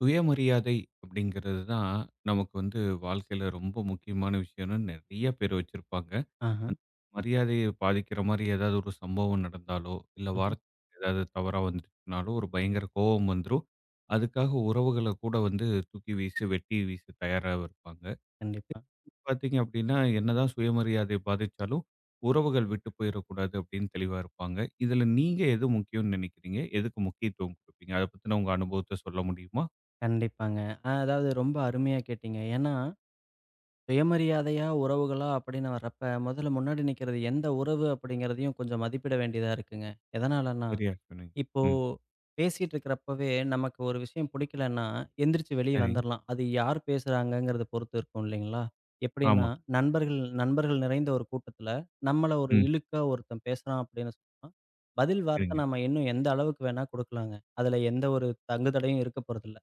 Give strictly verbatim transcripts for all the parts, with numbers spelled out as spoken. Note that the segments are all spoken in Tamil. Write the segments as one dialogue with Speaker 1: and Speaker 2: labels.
Speaker 1: சுயமரியாதை அப்படிங்கிறது தான் நமக்கு வந்து வாழ்க்கையில ரொம்ப முக்கியமான விஷயம்னு நிறைய பேர் வச்சிருப்பாங்க.
Speaker 2: ஆஹா.
Speaker 1: அந்த மரியாதையை பாதிக்கிற மாதிரி ஏதாவது ஒரு சம்பவம் நடந்தாலோ, இல்ல
Speaker 2: ம்ஹ்ம்.
Speaker 1: வார்த்தை ஏதாவது தவறா வந்துச்சுனாலோ ஒரு பயங்கர கோபம் வந்துரும். அதுக்காக உறவுகள கூட வந்து தூக்கி வீசு, வெட்டி வீச தயாரா இருப்பாங்க.
Speaker 2: கண்டிப்பா.
Speaker 1: பார்த்தீங்க அப்படின்னா, என்னதான் சுயமரியாதை பாதிச்சாலும் உறவுகள் விட்டு போயிறக்கூடாது அப்படின்னு தெளிவா இருப்பாங்க. இதுல நீங்க எது முக்கியம்னு நினைக்கிறீங்க? எதுக்கு முக்கியத்துவம் குடுப்பீங்க? அத பத்தின உங்க அனுபவத்த சொல்ல முடியுமா?
Speaker 2: கண்டிப்பாங்க. அ அதாவது ரொம்ப அருமையா கேட்டீங்க. ஏன்னா, சுயமரியாதையா, உறவுகளா அப்படின்னு வர்றப்ப, முதல்ல முன்னாடி நிக்கிறது எந்த உறவு அப்படிங்கிறதையும் கொஞ்சம் மதிப்பிட வேண்டியதா இருக்குங்க. எதனாலன்னா
Speaker 1: சரியா சொன்னீங்க.
Speaker 2: இப்போ
Speaker 1: ம்.
Speaker 2: பேசிட்டு இருக்கிறப்பவே நமக்கு ஒரு விஷயம் பிடிக்கலன்னா, எந்திரிச்சு வெளிய
Speaker 1: சரி.
Speaker 2: வந்துரலாம். அது யார் பேசுறாங்கங்கிறத பொறுத்து இருக்கும் இல்லைங்களா? எப்படின்னா,
Speaker 1: ஆமா.
Speaker 2: நண்பர்கள் நண்பர்கள் நிறைந்த ஒரு கூட்டத்துல, நம்மள ஒரு
Speaker 1: ம்.
Speaker 2: இழுக்கா ஒருத்தன் பேசுறான் அப்படின்னு சொன்னா, பதில் வார்த்தை
Speaker 1: சரிங்க.
Speaker 2: நம்ம இன்னும் எந்த அளவுக்கு வேணா குடுக்கலாங்க. அதுல எந்த ஒரு தங்குதடையும் இருக்க போறதில்ல.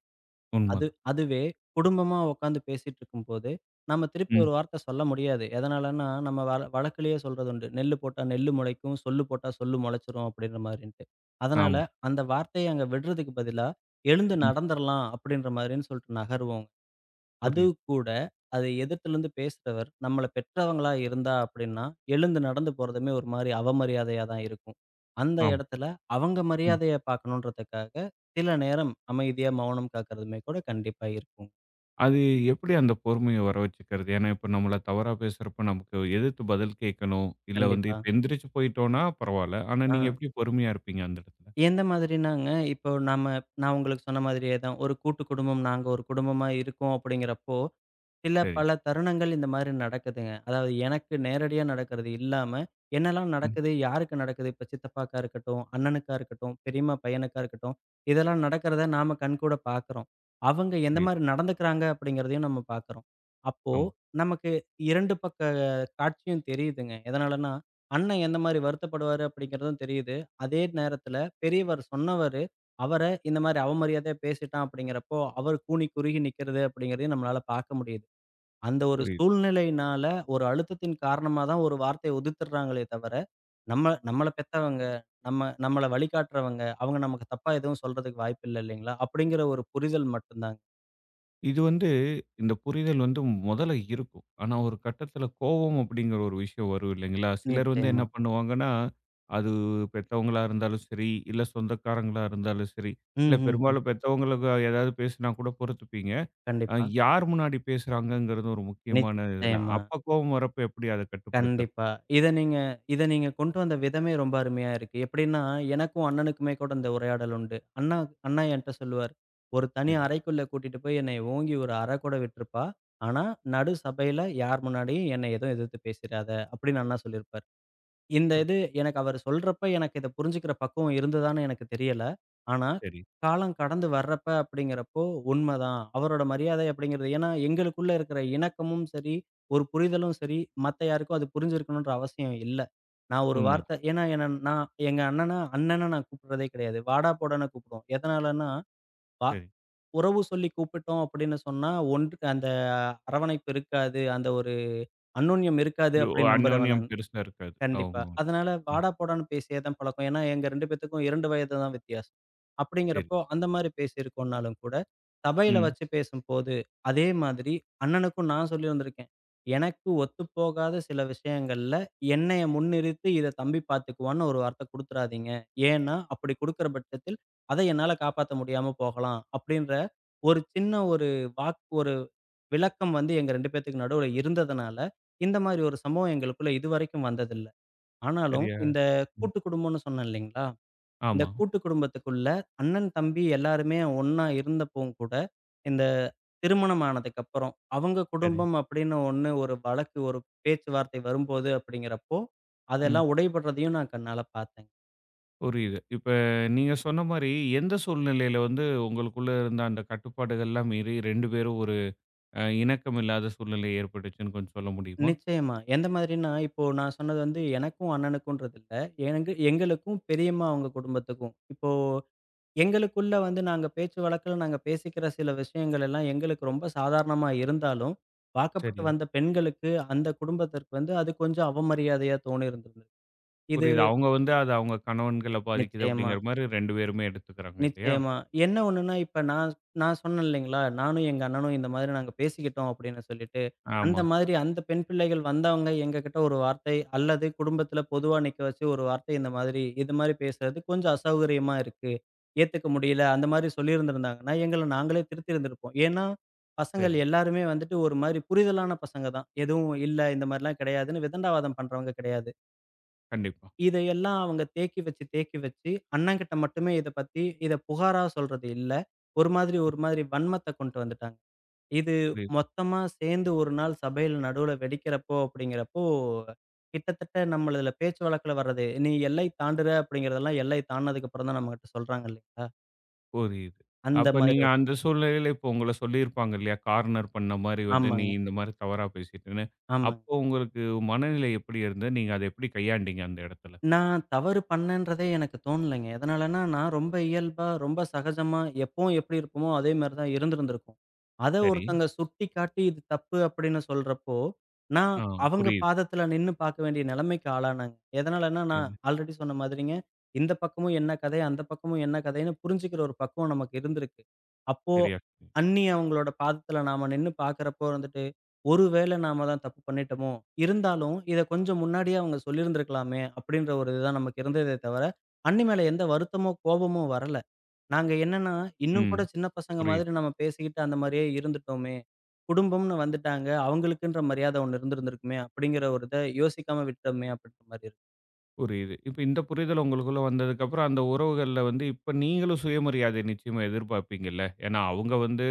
Speaker 2: அது
Speaker 1: உண்மதான்.
Speaker 2: அதுவே குடும்பமா உட்காந்து பேசிட்டு இருக்கும்போது, நம்ம திருப்பி
Speaker 1: ம்.
Speaker 2: ஒரு வார்த்தை சொல்ல முடியாது. எதனாலன்னா, நம்ம வழ வழக்கிலேயே சொல்றது உண்டு. "நெல்லு போட்டா நெல்லு முளைக்கும், சொல்லு போட்டா சொல்லு முளைச்சிரும்" அப்படின்ற மாரின்ட்டு. அதனால
Speaker 1: ஆமா.
Speaker 2: அந்த வார்த்தைய அங்க விடுறதுக்கு பதிலா, "எழுந்து
Speaker 1: ம்.
Speaker 2: நடந்துறலாம்" அப்படின்ற மாரின்னு சொல்லிட்டு நகருவோம். அது
Speaker 1: புரியுது.
Speaker 2: கூட, அது எதிர்த்துலருந்து பேசுறவர், நம்மள பெற்றவங்களா இருந்தா அப்படின்னா, எழுந்து நடந்து போறதுமே ஒரு மாரி அவமரியாதையா தான் இருக்கும். அந்த
Speaker 1: ஆமா.
Speaker 2: இடத்துல அவங்க
Speaker 1: ம்.
Speaker 2: மரியாதைய பார்க்கணுன்றதுக்காக, சில நேரம் அமைதியா மௌனம் காக்கிறதுமே கூட கண்டிப்பா இருக்கும்.
Speaker 1: அது எப்படி அந்த பொறுமைய வர வச்சுக்கிறது? ஏன்னா, இப்ப நம்மள தவறா பேசுறப்ப நமக்கு எதிர்த்து பதில் கேட்கணும். இல்ல வந்து
Speaker 2: கண்டிப்பா.
Speaker 1: இப்ப எந்திரிச்சு போயிட்டோம்னா பரவால்ல. ஆனா,
Speaker 2: ஆ.
Speaker 1: நீங்க எப்படி பொறுமையா இருப்பீங்க அந்த இடத்துல?
Speaker 2: எந்த மாதிரினாங்க, இப்போ நம்ம நான் உங்களுக்கு சொன்ன மாதிரியே தான். ஒரு கூட்டு குடும்பம், நாங்க ஒரு குடும்பமா இருக்கோம் அப்படிங்கிறப்போ, சில
Speaker 1: சரி.
Speaker 2: பல தருணங்கள் இந்த மாரி நடக்குதுங்க. அதாவது எனக்கு நேரடியா நடக்கிறது இல்லாம, என்னலாம்
Speaker 1: ம்.
Speaker 2: நடக்குது? யாருக்கு நடக்குது? இப்ப சித்தப்பாக்கா இருக்கட்டும், அண்ணனுக்கா இருக்கட்டும், பெரியம்மா பையனுக்கா இருக்கட்டும், இதெல்லாம் நடக்கிறத நாம கண்கூட பார்க்குறோம். அவங்க எந்த
Speaker 1: புரியுது.
Speaker 2: மாரி நடந்துக்கிறாங்க? அப்படிங்கிறதையும் நம்ம பார்க்குறோம். அப்போ
Speaker 1: ஆமா.
Speaker 2: நமக்கு இரண்டு பக்க காட்சியும் தெரியுதுங்க. எதனாலன்னா, அண்ணன் எந்த மாரி வருத்தப்படுவாரு? அப்படிங்கிறதும் தெரியுது. அதே நேரத்தில பெரியவர் சொன்னவரு, அவர இந்த மாரி அவமரியாதையா பேசிட்டான் அப்படிங்கிறப்போ, அவர் கூனி குறுகி நிக்கிறது அப்படிங்கிறதையும் நம்மளால பார்க்க முடியுது. அந்த ஒரு
Speaker 1: புரியுது.
Speaker 2: சூழ்நிலையினால, ஒரு அழுத்தத்தின் காரணமா தான் ஒரு வார்த்தைய உதிர்த்துடுறாங்களே தவிர, நம்ம நம்மள பெத்தவங்க, நம்ம நம்மள வழிகாட்டுறவங்க, அவங்க நமக்கு தப்பா எதுவும் சொல்றதுக்கு வாய்ப்பில்ல இல்லைங்களா? அப்படிங்கிற ஒரு புரிதல் மட்டும் தாங்க.
Speaker 1: இது வந்து இந்த புரிதல் வந்து முதல்ல இருக்கும். ஆனா, ஒரு கட்டத்தில கோவம் அப்படிங்கிற ஒரு விஷயம் வரும் இல்லைங்களா? சிலர் வந்து என்ன
Speaker 2: நிச்சயமா.
Speaker 1: பண்ணுவாங்கன்னா, அது பெத்தவங்களா இருந்தாலும் சரி, இல்ல சொந்தக்காரங்களா இருந்தாலும் சரி,
Speaker 2: ம்,
Speaker 1: இல்ல
Speaker 2: ம், ம்.
Speaker 1: பெரும்பாலும் பெத்தவங்களுக்கு ஏதாவது பேசினா கூட பொறுத்துப்பீங்க. அ
Speaker 2: கண்டிப்பா.
Speaker 1: யார் முன்னாடி பேசுறாங்கங்கிறது ஒரு முக்கியமான இதில.
Speaker 2: நிச்சயமா.
Speaker 1: அப்ப கோவம் வரப்ப எப்படி அத கட்டுப்படுத்துறது?
Speaker 2: கண்டிப்பா. இத நீங்க இத நீங்க கொண்டு வந்த விதமே ரொம்ப அருமையா இருக்கு. எப்படின்னா, எனக்கும் அண்ணனுக்குமே கூட இந்த உரையாடல் உண்டு. அண்ணா அண்ணா என்ட்ட சொல்லுவாரு. "ஒரு தனி
Speaker 1: சரி.
Speaker 2: அறைக்குள்ள கூட்டிட்டு போய் என்னைய ஓங்கி ஒரு அற கூட விட்டுருப்பா. ஆனா, நடு சபையில யார் முன்னாடியும் என்னை எதுவும் எதிர்த்து பேசிறாத" அப்படின்னு அண்ணா சொல்லியிருப்பாரு. இந்த
Speaker 1: ஒரு
Speaker 2: இது எனக்கு அவரு சொல்றப்ப, எனக்கு இத புரிஞ்சுக்கிற பக்குவம் இருந்ததான்னு எனக்கு தெரியல. ஆனா,
Speaker 1: சரி.
Speaker 2: காலம் கடந்து வர்றப்ப அப்படிங்கிறப்போ, உண்மதான். அவரோட மரியாதை அப்படிங்கிறது ஏன்னா, எங்களுக்குள்ள இருக்கிற இணக்கமும் சரி, ஒரு புரிதலும் சரி, மத்த யாருக்கும் அது புரிஞ்சிருக்கணுன்ற அவசியம் இல்ல. நான் ஒரு
Speaker 1: உண்மதான்.
Speaker 2: வார்த்தை ஏன்னா என்ன நான் எங்க அண்ணன, அண்ணன்னு நான் கூப்பிடுறதே கிடையாது. வாடா, போடான்னு கூப்பிடுவோம். எதனாலன்னா, வா
Speaker 1: சரி.
Speaker 2: உறவு சொல்லி கூப்பிட்டோம் அப்படின்னு சொன்னா, ஒன்று அந்த அரவணைப்பு இருக்காது. அந்த ஒரு அந்யோன்யம் இருக்காது
Speaker 1: இது ஒ-
Speaker 2: அப்படின்னு நம்புறவன்
Speaker 1: அந்யோன்யம்
Speaker 2: நானு.
Speaker 1: பெருசா இருக்காது.
Speaker 2: கண்டிப்பா.
Speaker 1: அவங்க
Speaker 2: அதனால
Speaker 1: ம்.
Speaker 2: வாடா, போடான்னு பேசியே தான் பழக்கம். ஏன்னா, எங்க ரெண்டு பேத்துக்கும் ரெண்டு வயது தான் வித்தியாசம்.
Speaker 1: சரி.
Speaker 2: அப்படிங்கிறப்போ, அந்த மாரி பேசியிருக்கோம்னாலும் கூட, சபையில
Speaker 1: ம்.
Speaker 2: வச்சு பேசும்போது, அதே மாதிரி அண்ணனுக்கும் நான் சொல்லியிருந்திருக்கேன். எனக்கு ஒத்துப்போகாத சில விஷயங்கள்ல, என்னைய முன்னிறுத்தி, "இத தம்பி பார்த்துக்குவான்னு" ஒரு வார்த்தை குடுத்துறாதீங்க. ஏன்னா, அப்படி குடுக்கிற பட்சத்தில், அத என்னால காப்பாத்த முடியாம போகலாம். அப்படின்ற ஒரு சின்ன ஒரு வாக்கு ஒரு விளக்கம் வந்து எங்க ரெண்டு பேத்துக்கு நடுவுல இருந்ததுனால, இந்த மாரி ஒரு சம்பவம் எங்களுக்குள்ள இதுவரைக்கும் வந்ததில்ல. ஆனாலும்,
Speaker 1: சரியா?
Speaker 2: இந்த
Speaker 1: ம்.
Speaker 2: கூட்டு குடும்பம்னு சொன்னேன் இல்லைங்களா? இந்த
Speaker 1: ஆமா.
Speaker 2: கூட்டு குடும்பத்துக்குள்ள அண்ணன், தம்பி எல்லாருமே ஒண்ணா இருந்தப்பவும் கூட, இந்த திருமணம் ஆனதுக்கப்புறம், அவங்க
Speaker 1: சரி.
Speaker 2: குடும்பம் அப்படின்னு ஒண்ணு ஒரு வழக்கு, ஒரு பேச்சுவார்த்தை வரும்போது அப்படிங்கிறப்போ,
Speaker 1: ம்.
Speaker 2: அதெல்லாம் உடைபடுறதையும் நான் கண்ணால பார்த்தேன்.
Speaker 1: புரியுது. இப்ப நீங்க சொன்ன மாரி, எந்த சூழ்நிலையில வந்து உங்களுக்குள்ள இருந்த அந்த கட்டுப்பாடுகள்லாம் மீறி ரெண்டு பேரும் ஒரு அ இணக்கம் இல்லாத சூழ்நிலை ஏற்பட்டுச்சுன்னு கொஞ்சம் சொல்ல முடியுமா?
Speaker 2: நிச்சயமா. எந்த மாதிரின்னா, இப்போ நான் சொன்னது வந்து எனக்கும் அண்ணனுக்கும்ன்றது இல்ல. எனக்கு எங்களுக்கும் பெரியம்மா அவங்க குடும்பத்துக்கும். இப்போ எங்களுக்குள்ள வந்து நாங்க பேச்சு வழக்குல நாங்க பேசிக்கிற சில விஷயங்கள் எல்லாம் எங்களுக்கு ரொம்ப சாதாரணமா இருந்தாலும், பார்க்கப்பட்டு
Speaker 1: சரி.
Speaker 2: வந்த பெண்களுக்கு அந்த குடும்பத்திற்கு வந்து அது கொஞ்சம் அவமரியாதையா தோணி இருந்திருந்தது. இது
Speaker 1: புரியுது. அவங்க வந்து அது அவங்க கணவன்கள பாதிக்குது
Speaker 2: நிச்சயமா.
Speaker 1: அப்படிங்கிற மாரி ரெண்டு பேருமே எடுத்துக்கிறாங்க இல்லையா?
Speaker 2: நிச்சயமா. என்ன ஒண்ணுன்னா, இப்ப நான் நான் சொன்னேன் இல்லைங்களா? நானும் எங்க அண்ணனும் இந்த மாதிரி நாங்க பேசிக்கிட்டோம் அப்படின்னு சொல்லிட்டு. அந்த
Speaker 1: ஆமா.
Speaker 2: மாதிரி அந்த பெண் பிள்ளைகள் வந்தவங்க எங்ககிட்ட ஒரு வார்த்தை அல்லது குடும்பத்தில பொதுவா நிக்க வச்சு ஒரு வார்த்தை இந்த மாதிரி, இது மாதிரி பேசுறது கொஞ்சம் அசௌகரியமா இருக்கு. ஏத்துக்க முடியல. அந்த மாதிரி சொல்லியிருந்திருந்தாங்கன்னா, எங்கள நாங்களே திருத்தியிருந்திருப்போம். ஏன்னா, பசங்கள்
Speaker 1: சரி.
Speaker 2: எல்லாருமே வந்துட்டு ஒரு மாரி புரிதலான பசங்க தான். எதுவும் இல்ல இந்த மாரிலாம் கிடையாதுன்னு விதண்டாவாதம் பண்றவங்க கிடையாது.
Speaker 1: கண்டிப்பா.
Speaker 2: இதையெல்லாம் அவங்க தேக்கி வச்சு, தேக்கி வச்சு, அண்ணன்கிட்ட மட்டுமே இத பத்தி இத புகாரா சொல்றது இல்ல. ஒரு மாதிரி ஒரு மாதிரி வன்மத்த கொண்டு வந்துட்டாங்க. இது
Speaker 1: புரியுது,
Speaker 2: மொத்தமா சேர்ந்து ஒரு நாள் சபையில நடுவுல வெடிக்கிறப்போ அப்படிங்கிறப்போ, கிட்டத்தட்ட நம்மளதுல பேச்சு வழக்குல வர்றது, "நீ எல்லை தாண்டுற" அப்படிங்கிறதெல்லாம் எல்லை தாண்டுனதுக்கு அப்புறம் தான் நம்மகிட்ட சொல்றாங்க இல்லைங்களா?
Speaker 1: புரியுது.
Speaker 2: அந்த
Speaker 1: அப்ப
Speaker 2: மாதிரி
Speaker 1: நீங்க
Speaker 2: ஒரு
Speaker 1: அந்த சூழ்நிலையில இப்போ உங்கள சொல்லியிருப்பாங்க இல்லையா? கார்னர் பண்ண மாரி வந்து, "நீ
Speaker 2: ஆமாங்க.
Speaker 1: இந்த மாரி தவறா பேசிட்டேன்னு."
Speaker 2: ஆமாங்க.
Speaker 1: அப்போ உங்களுக்கு மனநிலை எப்படி இருந்தது? நீங்க அத எப்படி கையாண்டீங்க அந்த இடத்துல?
Speaker 2: நான் தவறு பண்ணேன்றதே எனக்கு தோணலைங்க. எதனாலன்னா, நான் ரொம்ப இயல்பா, ரொம்ப சகஜமா எப்பவும் எப்படி இருப்போமோ, அதே மாரி தான் இருந்திருந்திருக்கும். அத
Speaker 1: சரி.
Speaker 2: ஒருத்தங்க சுட்டிக்காட்டி இது தப்பு அப்படின்னு சொல்றப்போ, நான்
Speaker 1: ஆ.
Speaker 2: அவங்க
Speaker 1: புரியுது.
Speaker 2: பாதத்துல நின்னு பாக்க வேண்டிய நிலைமைக்கு ஆளானேங்க. எதனாலன்னா, நான் ஆல்ரெடி சொன்ன மாதிரிங்க, இந்த பக்கமும் என்ன கதை, அந்த பக்கமும் என்ன கதைன்னு புரிஞ்சுக்கிற ஒரு பக்குவம் நமக்கு இருந்திருக்கு. அப்போ
Speaker 1: சரியா சொன்னீங்க.
Speaker 2: அண்ணி அவங்களோட பாதத்துல நாம நின்னு பாக்குறப்போ வந்துட்டு ஒருவேளை நாம தான் தப்பு பண்ணிட்டோமோ! இருந்தாலும் இத கொஞ்சம் முன்னாடியே அவங்க சொல்லியிருந்திருக்கலாமே! அப்பிடின்ற ஒரு இதுதான் நமக்கு இருந்ததே தவிர, அண்ணி மேல எந்த வருத்தமோ, கோபமோ வரல. நாங்க என்னன்னா, இன்னும்
Speaker 1: ம்.
Speaker 2: கூட சின்ன பசங்க
Speaker 1: புரியுது,
Speaker 2: மாதிரி நம்ம பேசிக்கிட்டு அந்த மாரியே இருந்துட்டோமே! குடும்பம்ன்னு வந்துட்டாங்க. அவங்களுக்குன்ற மரியாதை ஒண்ணு இருந்திருந்திருக்குமே! அப்பிடிங்கிற ஒரு இத யோசிக்காம விட்டோமே! அப்பிடின்ற மாரி இருக்கு.
Speaker 1: புரியுது. இப்ப இந்த புரிதல் உங்களுக்குள்ள வந்ததுக்கப்புறம், அந்த உறவுகள்ல வந்து இப்ப நீங்களும் சுயமரியாதை நிச்சயமா எதிர்பார்ப்பீங்கல்ல? ஏன்னா, அவங்க வந்து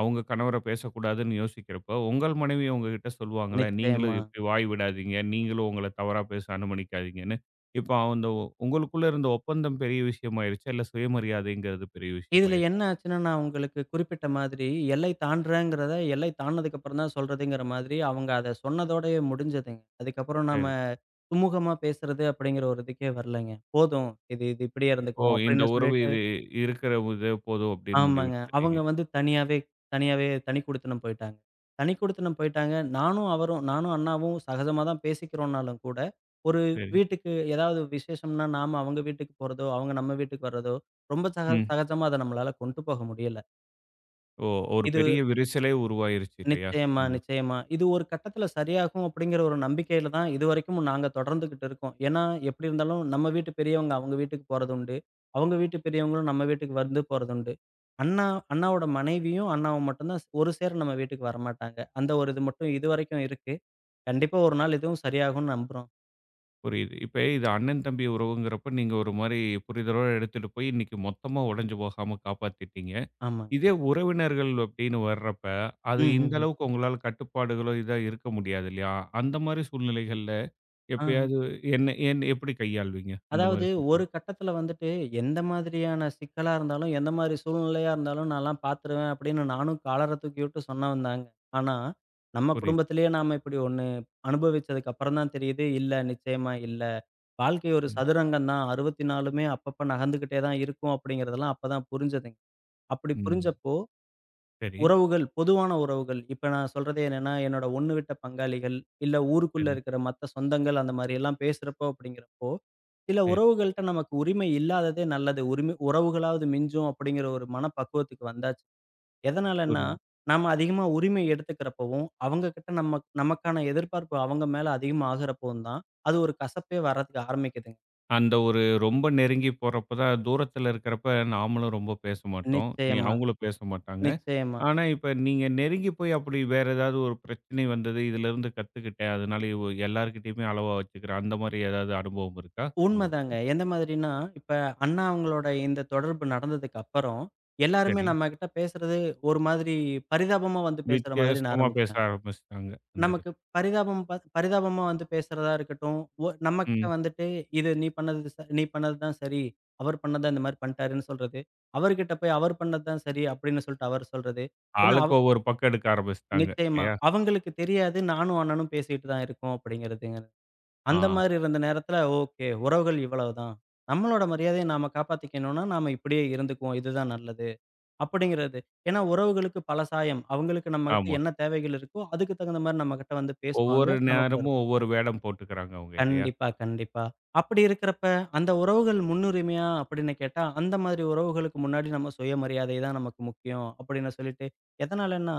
Speaker 1: அவங்க கணவர பேசக்கூடாதுன்னு யோசிக்கிறப்போ, உங்கள் மனைவி உங்ககிட்ட சொல்லுவாங்கல்ல, "நீங்களும்
Speaker 2: நிச்சயமா.
Speaker 1: இப்படி வாய் விடாதீங்க. நீங்களும் உங்கள தவறா பேச அனுமதிக்காதீங்கன்னு." இப்ப அந்த உ- உங்களுக்குள்ள இருந்த ஒப்பந்தம் பெரிய விஷயமாயிருச்சா? இல்ல சுயமரியாதைங்கிறது பெரிய
Speaker 2: இதில
Speaker 1: விஷயமாயிருச்சா?
Speaker 2: என்ன ஆச்சுன்னா, நான் உங்களுக்கு குறிப்பிட்ட மாதிரி எல்லை தாண்டுறேங்கிறத, எல்லை தாண்டுனதுக்கு அப்புறம் தான் சொல்றதுங்கிற மாதிரி, அவங்க அத சொன்னதோடயே முடிஞ்சதுங்க. அதுக்கப்புறம் நாம
Speaker 1: சரி.
Speaker 2: சுமூகமா பேசுறது அப்படிங்கிற ஒரு இதுக்கே வரலங்க. போதும் இது இது இப்படியே
Speaker 1: ஓ!
Speaker 2: இருந்துக்குவோம்
Speaker 1: இந்த
Speaker 2: அப்படின்னு
Speaker 1: உறவு
Speaker 2: சொல்லிட்டு
Speaker 1: இது இருக்கிற இது போதும் அப்படின்னு முடிவு
Speaker 2: ஆமாங்க.
Speaker 1: எடுத்துட்டீங்க.
Speaker 2: அவங்க வந்து தனியாவே தனியாவே தனி குடித்தனம் போயிட்டாங்க. தனி குடித்தனம் போயிட்டாங்க. நானும் அவரும் நானும் அண்ணாவும் சகஜமா தான் பேசிக்கிறோம்னாலும் கூட, ஒரு
Speaker 1: சரி.
Speaker 2: வீட்டுக்கு ஏதாவது விசேஷம்னா நாம அவங்க வீட்டுக்கு போறதோ, அவங்க நம்ம வீட்டுக்கு வர்றதோ, ரொம்ப சக
Speaker 1: ம்.
Speaker 2: சகஜமா அத நம்மளால கொண்டு போக முடியல.
Speaker 1: ஓ! ஒரு பெரிய
Speaker 2: இது
Speaker 1: விரிசலே உருவாயிருச்சு இல்லையா?
Speaker 2: நிச்சயமா,
Speaker 1: இந்த
Speaker 2: நிச்சயமா. இது ஒரு கட்டத்தில சரியாகும் அப்படிங்கிற ஒரு நம்பிக்கையில தான் இதுவரைக்கும் நாங்க தொடர்ந்துகிட்டு இருக்கோம். ஏன்னா, எப்படி இருந்தாலும் நம்ம வீட்டு பெரியவங்க அவங்க வீட்டுக்கு போறதுண்டு. அவங்க வீட்டு பெரியவங்களும் நம்ம வீட்டுக்கு வந்து போறதுண்டு. அண்ணா அண்ணாவோட மனைவியும், அண்ணாவும் மட்டும் தான் ஒரு சேர நம்ம வீட்டுக்கு வரமாட்டாங்க. அந்த ஒரு இது மட்டும் இதுவரைக்கும் இருக்கு. கண்டிப்பா ஒரு நாள் இதுவும் சரியாகும்னு நம்புறோம்.
Speaker 1: புரியுது. இப்ப இது அண்ணன், தம்பி உறவுங்கிறப்ப நீங்க ஒரு மாரி புரிதலோட எடுத்துட்டு போய் இன்னைக்கு மொத்தமா உடைஞ்சு போகாம காப்பாத்திட்டீங்க.
Speaker 2: ஆமா.
Speaker 1: இதே உறவினர்கள் அப்படின்னு வர்றப்ப, அது
Speaker 2: ம், ம்,
Speaker 1: இந்த
Speaker 2: ம்.
Speaker 1: அளவுக்கு உங்களால கட்டுப்பாடுகளோ, இதா இருக்க முடியாது இல்லையா? அந்த மாரி சூழ்நிலைகள்ல
Speaker 2: ஆ.
Speaker 1: எப்பயாவது என்ன என் எப்படி கையாள்வீங்க? அந்த மாரி
Speaker 2: அதாவது
Speaker 1: சூழ்நிலை.
Speaker 2: ஒரு கட்டத்துல வந்துட்டு, எந்த மாதிரியான சிக்கலா இருந்தாலும், எந்த மாரி சூழ்நிலையா இருந்தாலும் நான்லாம் பார்த்துருவேன் அப்படின்னு நானும் காலர தூக்கி விட்டு சொன்னவன் தாங்க. ஆனா, நம்ம
Speaker 1: புரியுது.
Speaker 2: குடும்பத்திலேயே நாம இப்படி ஒண்ணு அனுபவிச்சதுக்கு அப்புறம் தான் தெரியுது, இல்ல நிச்சயமா இல்ல. வாழ்க்கை ஒரு
Speaker 1: ம்.
Speaker 2: சதுரங்கம் தான். அறுபத்தி நாலுமே அப்பப்ப நகர்ந்துகிட்டே தான் இருக்கும் அப்படிங்கிறதெல்லாம் அப்பதான் புரிஞ்சதுங்க. அப்படி
Speaker 1: ம்.
Speaker 2: புரிஞ்சப்போ
Speaker 1: சரி,
Speaker 2: உறவுகள், பொதுவான உறவுகள். இப்ப நான் சொல்றது என்னன்னா, என்னோட ஒண்ணு விட்ட பங்காளிகள், இல்ல ஊருக்குள்ள
Speaker 1: சரி,
Speaker 2: இருக்கிற மத்த சொந்தங்கள் அந்த மாரி எல்லாம் பேசுறப்போ அப்படிங்கிறப்போ, சில
Speaker 1: சரி.
Speaker 2: உறவுகள்ட்ட நமக்கு உரிமை இல்லாததே நல்லது. உரிமை உறவுகளாவது மிஞ்சும் அப்படிங்கிற ஒரு மனப்பக்குவத்துக்கு வந்தாச்சு. எதனாலன்னா,
Speaker 1: புரியுது.
Speaker 2: நாம அதிகமா உரிமை எடுத்துக்கிறப்பவும், அவங்க கிட்ட நம்ம நமக்கான எதிர்பார்ப்பு அவங்க மேல அதிகமா ஆகுறப்பவும் தான், அது ஒரு கசப்பே வர்றதுக்கு ஆரம்பிக்குதுங்க.
Speaker 1: அந்த ஒரு ரொம்ப நெருங்கி போறப்ப தான் தூரத்துல இருக்கிறப்ப நாமளும் ரொம்ப பேச மாட்டோம். நீ
Speaker 2: நிச்சயமா,
Speaker 1: அவங்களும் பேச மாட்டாங்க.
Speaker 2: நிச்சயமா.
Speaker 1: ஆனா, இப்ப நீங்க நெருங்கி போய் அப்படி வேற ஏதாவது ஒரு பிரச்சனை வந்தது, இதுலருந்து கத்துக்கிட்டேன். அதனால இவ எல்லார்கிட்டயுமே அளவா வச்சுக்கிறேன். அந்த மாரி ஏதாவது அனுபவம் இருக்கா உங்களுக்கு?
Speaker 2: உண்மதாங்க. எந்த மாதிரின்னா, இப்ப அண்ணா அவங்களோட இந்த தொடர்பு நடந்ததுக்கு அப்புறம், எல்லாருமே
Speaker 1: சரி.
Speaker 2: நம்மகிட்ட பேசுறது ஒரு மாதிரி பரிதாபமா வந்து பேசுற மாதிரின்னு
Speaker 1: வித்தியாசமா பேச
Speaker 2: ஆரம்பிச்சாங்க.
Speaker 1: ஆரம்பிச்சுட்டாங்க அந்த
Speaker 2: நமக்கு
Speaker 1: இடத்
Speaker 2: பரிதாபம் ப பரிதாபமா வந்து பேசுறதா இருக்கட்டும், ஒ நம்மகிட்ட
Speaker 1: ம்.
Speaker 2: வந்துட்டு இது நீ பண்ணது ச நீ பண்ணது தான் சரி. அவர் பண்ணத இந்த மாரி பண்ணிட்டாருன்னு சொல்றது. அவர்கிட்ட போய் அவர் பண்ணது தான் சரி அப்படின்னு சொல்லிட்டு அவர் சொல்றது. ஏன்னா அவ
Speaker 1: ஆளுக்கு ஒவ்வொரு பக்கம் எடுக்க ஆரம்பிச்சுட்டாங்க
Speaker 2: நிச்சயமா.
Speaker 1: இல்லையா?
Speaker 2: அவங்களுக்கு தெரியாது நானும் அண்ணனும் பேசிட்டு தான் இருக்கோம் அப்படிங்கிறதுங்க. அந்த
Speaker 1: ஆ,
Speaker 2: மாரி இருந்த நேரத்துல, ஓகே உறவுகள் இவ்வளவுதான். நம்மளோட மரியாதைய நாம காப்பாத்திக்கணும்னா, நாம இப்படியே இருந்துக்குவோம். இதுதான் நல்லது. அப்படிங்கிறது. ஏன்னா உறவுகளுக்கு பல சாயம். அவங்களுக்கு
Speaker 1: ஆமா.
Speaker 2: நம்மகிட்ட என்ன தேவைகள் இருக்கோ, அதுக்கு தகுந்த மாரி நம்மகிட்ட வந்து பேசுவாங்க.
Speaker 1: ஒவ்வொரு
Speaker 2: நம்ம கூட
Speaker 1: நேரமும்
Speaker 2: இருப்பாங்க.
Speaker 1: ஒவ்வொரு வேடம் போட்டுக்கிறாங்க அவங்க இல்லையா?
Speaker 2: கண்டிப்பா, கண்டிப்பா. அப்படி இருக்கிறப்ப, அந்த உறவுகள் முன்னுரிமையா அப்படின்னு கேட்டா, அந்த மாதிரி உறவுகளுக்கு முன்னாடி நம்ம சுயமரியாதை தான் நமக்கு முக்கியம் அப்படின்னு சொல்லிட்டு, எதனாலன்னா,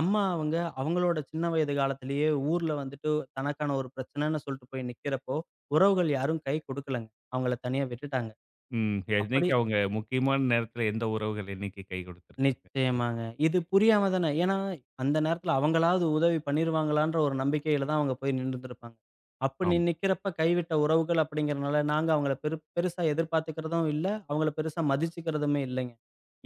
Speaker 2: அம்மா அவங்க அவங்களோட சின்ன வயது காலத்திலேயே ஊர்ல வந்துட்டு தனக்கான ஒரு பிரச்சனைன்னு சொல்லிட்டு போய் நிக்கிறப்போ, உறவுகள் யாரும் கை குடுக்கலங்க. அவங்கள தனியா விட்டுட்டாங்க.
Speaker 1: ம்.
Speaker 2: அப்படி
Speaker 1: என்னைக்கு அவங்க முக்கியமான நேரத்துல எந்த உறவுகள் என்னைக்கு கை கொடுத்திருக்காங்க?
Speaker 2: நிச்சயமாங்க. இது புரியாம தானே ஏன்னா, அந்த நேரத்துல அவங்களாவது உதவி பண்ணிருவாங்களான்ற ஒரு நம்பிக்கையில தான் அவங்க போய் நின்னுட்டுருப்பாங்க. அப்படி
Speaker 1: ஆமா.
Speaker 2: நிக்கிறப்ப கைவிட்ட உறவுகள் அப்படிங்கிறனால, நாங்க அவங்கள பெரு பெருசா எதிர்பார்த்துக்கிறதும் இல்ல, அவங்கள பெருசா மதிச்சுக்கிறதுமே இல்லைங்க.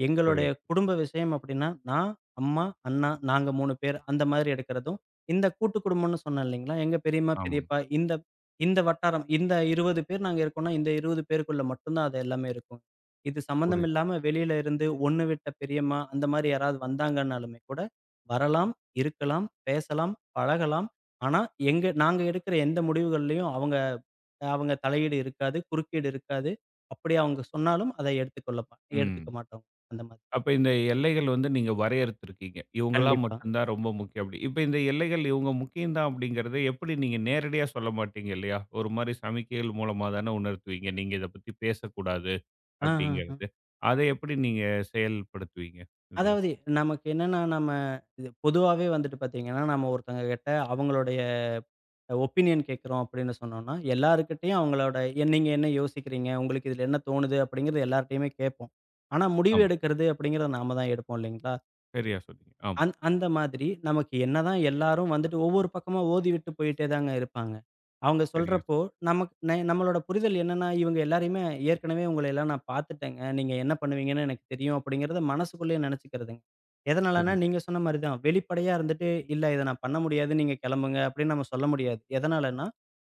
Speaker 2: எங்களுடைய
Speaker 1: புரியுது.
Speaker 2: குடும்ப விஷயம் அப்படின்னா, நான், அம்மா, அண்ணா நாங்க மூணு பேர் அந்த மாதிரி எடுக்கிறதும், இந்த கூட்டு குடும்பம்னு சொன்னேன் இல்லைங்களா? எங்க பெரியம்மா,
Speaker 1: ஆமாங்க.
Speaker 2: பெரியப்பா இந்த இந்த வட்டாரம் இந்த இருபது பேர் நாங்க இருக்கோம்னா, இந்த இருபது பேருக்குள்ள மட்டும் தான் அது எல்லாமே இருக்கும். இது சம்மந்தம்
Speaker 1: புரியுது.
Speaker 2: இல்லாம வெளியில இருந்து ஒண்ணு விட்ட பெரியம்மா, அந்த மாரி யாராவது வந்தாங்கன்னாலுமே கூட, வரலாம், இருக்கலாம், பேசலாம், பழகலாம். ஆனா, எங்க நாங்க எடுக்கிற எந்த முடிவுகள்லயும் அவங்க அவங்க தலையீடு இருக்காது, குறுக்கீடு இருக்காது. அப்படி அவங்க சொன்னாலும் அதை எடுத்துக்கொள்ள மா
Speaker 1: ம்.
Speaker 2: எடுத்துக்க மாட்டோம். அந்த மாதிரி.
Speaker 1: அப்ப இந்த எல்லைகள் வந்து நீங்க வரையறுத்துருக்கீங்க. இவங்களா
Speaker 2: கண்டிப்பா.
Speaker 1: மட்டும் தான் ரொம்ப முக்கியம் அப்படி. இப்ப இந்த எல்லைகள் இவங்க முக்கியம் தான் அப்படிங்கிறத எப்படி நீங்க நேரடியா சொல்ல மாட்டீங்க இல்லையா? ஒரு மாரி சமிக்கைகள் மூலமா தானே உணர்த்துவீங்க. நீங்க இத பத்தி பேசக்கூடாது
Speaker 2: ஆ, ஆ, ஆ.
Speaker 1: அப்படிங்கிறது. அத எப்படி நீங்க செயல்படுத்துவீங்க இதுல?
Speaker 2: அதாவது நமக்கு என்னன்னா, நம்ம இது பொதுவாவே வந்துட்டு பாத்தீங்கன்னா, நம்ம ஒருத்தங்க கிட்ட அவங்களுடைய ஒப்பீனியன் கேட்குறோம் அப்படின்னு சொன்னோம்னா, எல்லார்கிட்டயும் அவங்களோட "எ- "நீங்க என்ன யோசிக்கிறீங்க? உங்களுக்கு இதுல என்ன தோணுது?" அப்படிங்கிறது எல்லார்ட்டயுமே கேட்போம். ஆனா முடிவு
Speaker 1: ஆமா.
Speaker 2: எடுக்கிறது அப்படிங்கிறத நாம தான் எடுப்போம் இல்லைங்களா?
Speaker 1: சரியா சொன்னீங்க. ஆமா.
Speaker 2: அந் அந்த மாதிரி நமக்கு என்னதான் எல்லாரும் வந்துட்டு ஒவ்வொரு பக்கமா ஓதி விட்டு போயிட்டே தாங்க இருப்பாங்க. அவங்க
Speaker 1: சரியா
Speaker 2: சொல்றப்போ நமக்கு ந நம்மளோட புரிதல் என்னன்னா, இவங்க எல்லாரையுமே ஏற்கனவே உங்கள எல்லாம் நான் பார்த்துட்டேங்க. நீங்க என்ன பண்ணுவீங்கன்னு எனக்கு தெரியும் அப்படிங்கிறத மனசுக்குள்ளேயே நினைச்சுக்கிறதுங்க. எதனாலன்னா
Speaker 1: புரியுது.
Speaker 2: நீங்க சொன்ன மாரி தான். வெளிப்படையா இருந்துட்டு, இல்ல இத நான் பண்ண முடியாது, நீங்க கிளம்புங்க அப்படின்னு நம்ம சொல்ல முடியாது. எதனாலன்னா,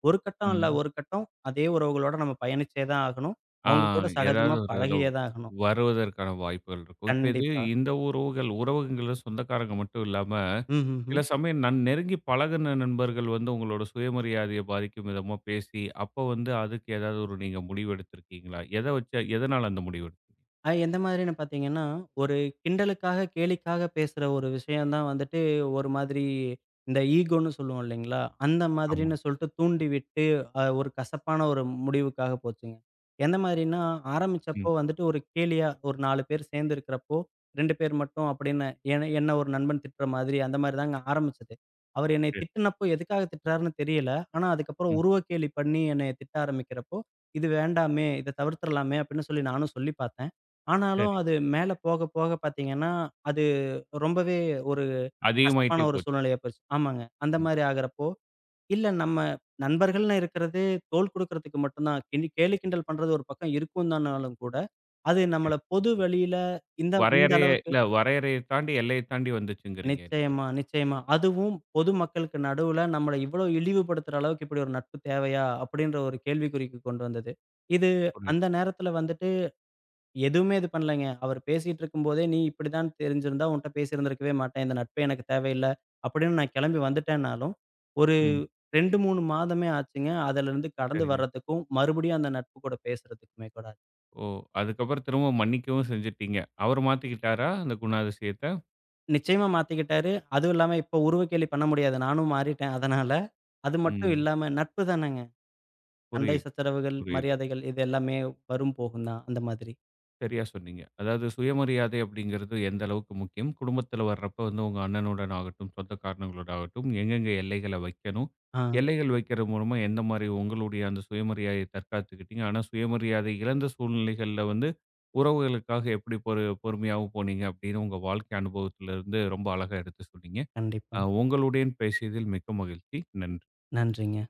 Speaker 2: ஒரு கட்டம் இல்ல
Speaker 1: ம்.
Speaker 2: ஒரு கட்டம் அதே உறவுகளோட நம்ம பயணிச்சே தான் ஆகணும்.
Speaker 1: ஆ,
Speaker 2: அவங்க கூட
Speaker 1: ஏதாவது
Speaker 2: சகஜமா
Speaker 1: ஒரு இதுல
Speaker 2: பழகியே தான் ஆகணும்.
Speaker 1: வருவதற்கான வாய்ப்புகள் இருக்கும். இப்ப இது
Speaker 2: கண்டிப்பா.
Speaker 1: இந்த உறவுகள் உறவுகள்ல சொந்தக்காரங்க மட்டும் இல்லாம
Speaker 2: ம்ஹ்ம்.
Speaker 1: சில சமயம் நன் நெருங்கி பழகுன நண்பர்கள் வந்து உங்களோட சுயமரியாதையை பாதிக்கும் விதமா பேசி, அப்போ வந்து அதுக்கு ஏதாவது ஒரு நீங்க முடிவு எடுத்திருக்கீங்களா? எத வச்சு எதனால அந்த முடிவு எடுத்தீங்க?
Speaker 2: அ எந்த மாதிரின்னு பார்த்தீங்கன்னா, ஒரு கிண்டலுக்காக, கேலிக்காக பேசுற ஒரு விஷயம் தான் வந்துட்டு, ஒரு மாதிரி இந்த ஈகோன்னு சொல்லுவோம் இல்லைங்களா? அந்த மாதிரின்னு
Speaker 1: ஆமாங்க.
Speaker 2: சொல்ட்டு தூண்டிவிட்டு, அ ஒரு கசப்பான ஒரு முடிவுக்காக போச்சுங்க. எந்த மாதிரின்னா,
Speaker 1: ம்.
Speaker 2: ஆரம்பிச்சப்போ வந்துட்டு ஒரு கேலியா, ஒரு நாலு பேர் சேர்ந்து இருக்கிறப்போ, ரெண்டு பேர் மட்டும் அப்படின்னு, என்ன என்ன ஒரு நண்பன் திட்டுற மாதிரி, அந்த மாதிரி தாங்க ஆரம்பிச்சது. அவர் என்னை
Speaker 1: சரி.
Speaker 2: திட்டுனப்போ எதுக்காக திட்டுறாருன்னு தெரியல. ஆனா, அதுக்கப்புறம்
Speaker 1: ம்.
Speaker 2: உருவ கேலி பண்ணி என்னைய திட்ட ஆரம்பிக்கிறப்போ, இது வேண்டாமே, இத தவிர்த்துறலாமே அப்படின்னு சொல்லி நானும் சொல்லி பார்த்தேன். ஆனாலும்
Speaker 1: சரி.
Speaker 2: அது மேல போக போக பார்த்தீங்கன்னா, அது ரொம்பவே ஒரு
Speaker 1: அதிகமாயிட்டே
Speaker 2: கசப்பான ஒரு
Speaker 1: போச்சு.
Speaker 2: சூழ்நிலையா போயிருச்சு. ஆமாங்க. அந்த
Speaker 1: ம்.
Speaker 2: மாரி ஆகுறப்போ, இல்ல நம்ம நண்பர்கள்னு இருக்கிறது தோள் குடுக்குறதுக்கு மட்டும் தான். கிணி கேலி கிண்டல் பண்றது ஒரு பக்கம் இருக்கும் தானாலும் கூட, அது
Speaker 1: சரி.
Speaker 2: நம்மள பொது வெளியில இந்த இந்த
Speaker 1: வரையறைய
Speaker 2: அளவுக்கு
Speaker 1: இல்ல வரையறைய தாண்டி எல்லைய தாண்டி வந்துச்சுங்கிறீங்க இல்லையா?
Speaker 2: நிச்சயமா, நிச்சயமா. அதுவும் பொது மக்களுக்கு நடுவுல நம்மள இவ்வளோ இழிவுபடுத்துற அளவுக்கு இப்படி ஒரு நட்பு தேவையா? அப்படின்ற ஒரு கேள்விக்குறிக்கு கொண்டு வந்தது. இது
Speaker 1: புரியுது.
Speaker 2: அந்த நேரத்தில வந்துட்டு எதுவுமே இது பண்ணலங்க. அவரு பேசிட்டு இருக்கும்போதே, "நீ இப்படிதான் தெரிஞ்சிருந்தா உன்ட்ட பேசியிருந்திருக்கவே மாட்டேன். இந்த நட்பே எனக்கு தேவையில்ல." அப்படின்னு நான் கிளம்பி வந்துட்டேன்னாலும், ஒரு
Speaker 1: ம்.
Speaker 2: ரெண்டு, மூணு மாதமே ஆச்சுங்க. அதுலருந்து கடந்து
Speaker 1: சரிங்க.
Speaker 2: வர்றதுக்கும், மறுபடியும் அந்த நட்பு கூட பேசுறதுக்குமே கூட. ஆச்சு.
Speaker 1: ஓ! அதுக்கப்புறம் திரும்ப மன்னிக்கவும் செஞ்சுட்டீங்க. அவரு மாத்திக்கிட்டாரா அந்த குணாதிசயத்த?
Speaker 2: நிச்சயமா மாத்திக்கிட்டாரு. அதுவும் இல்லாம இப்ப உருவக்கேலி பண்ண முடியாது. நானும் மாறிட்டேன் அதனால. அது மட்டும்
Speaker 1: ம்.
Speaker 2: இல்லாம நட்பு தானங்க. சண்டை
Speaker 1: புரியுது,
Speaker 2: சச்சரவுகள்,
Speaker 1: புரியுது.
Speaker 2: மரியாதைகள் இது எல்லாமே வரும் போகும் தான். அந்த மாதிரி.
Speaker 1: சரியா சொன்னீங்க. அதாவது சுயமரியாதை அப்படிங்கிறது எந்த அளவுக்கு முக்கியம்? குடும்பத்தில வர்றப்ப வந்து உங்க அண்ணனுடன் ஆகட்டும், சொந்தக்காரங்களோட ஆகட்டும், எங்கெங்க எல்லைகள வைக்கணும்?
Speaker 2: ஆ,
Speaker 1: எல்லைகள் வைக்கிறது மூலமா எந்த மாரி உங்களுடைய அந்த சுயமரியாதைய தற்காத்துக்கிட்டீங்க? ஆனா சுயமரியாதை இழந்த சூழ்நிலைகள்ல வந்து உறவுகளுக்காக எப்படி பொறு பொறுமையாவும் போனீங்க அப்படின்னு உங்க வாழ்க்கை அனுபவத்திலிருந்து ரொம்ப அழகா எடுத்து சொன்னீங்க.
Speaker 2: கண்டிப்பா.
Speaker 1: அ உங்களுடன் பேசியதில் மிக்க மகிழ்ச்சி. நன்றி.
Speaker 2: நன்றிங்க.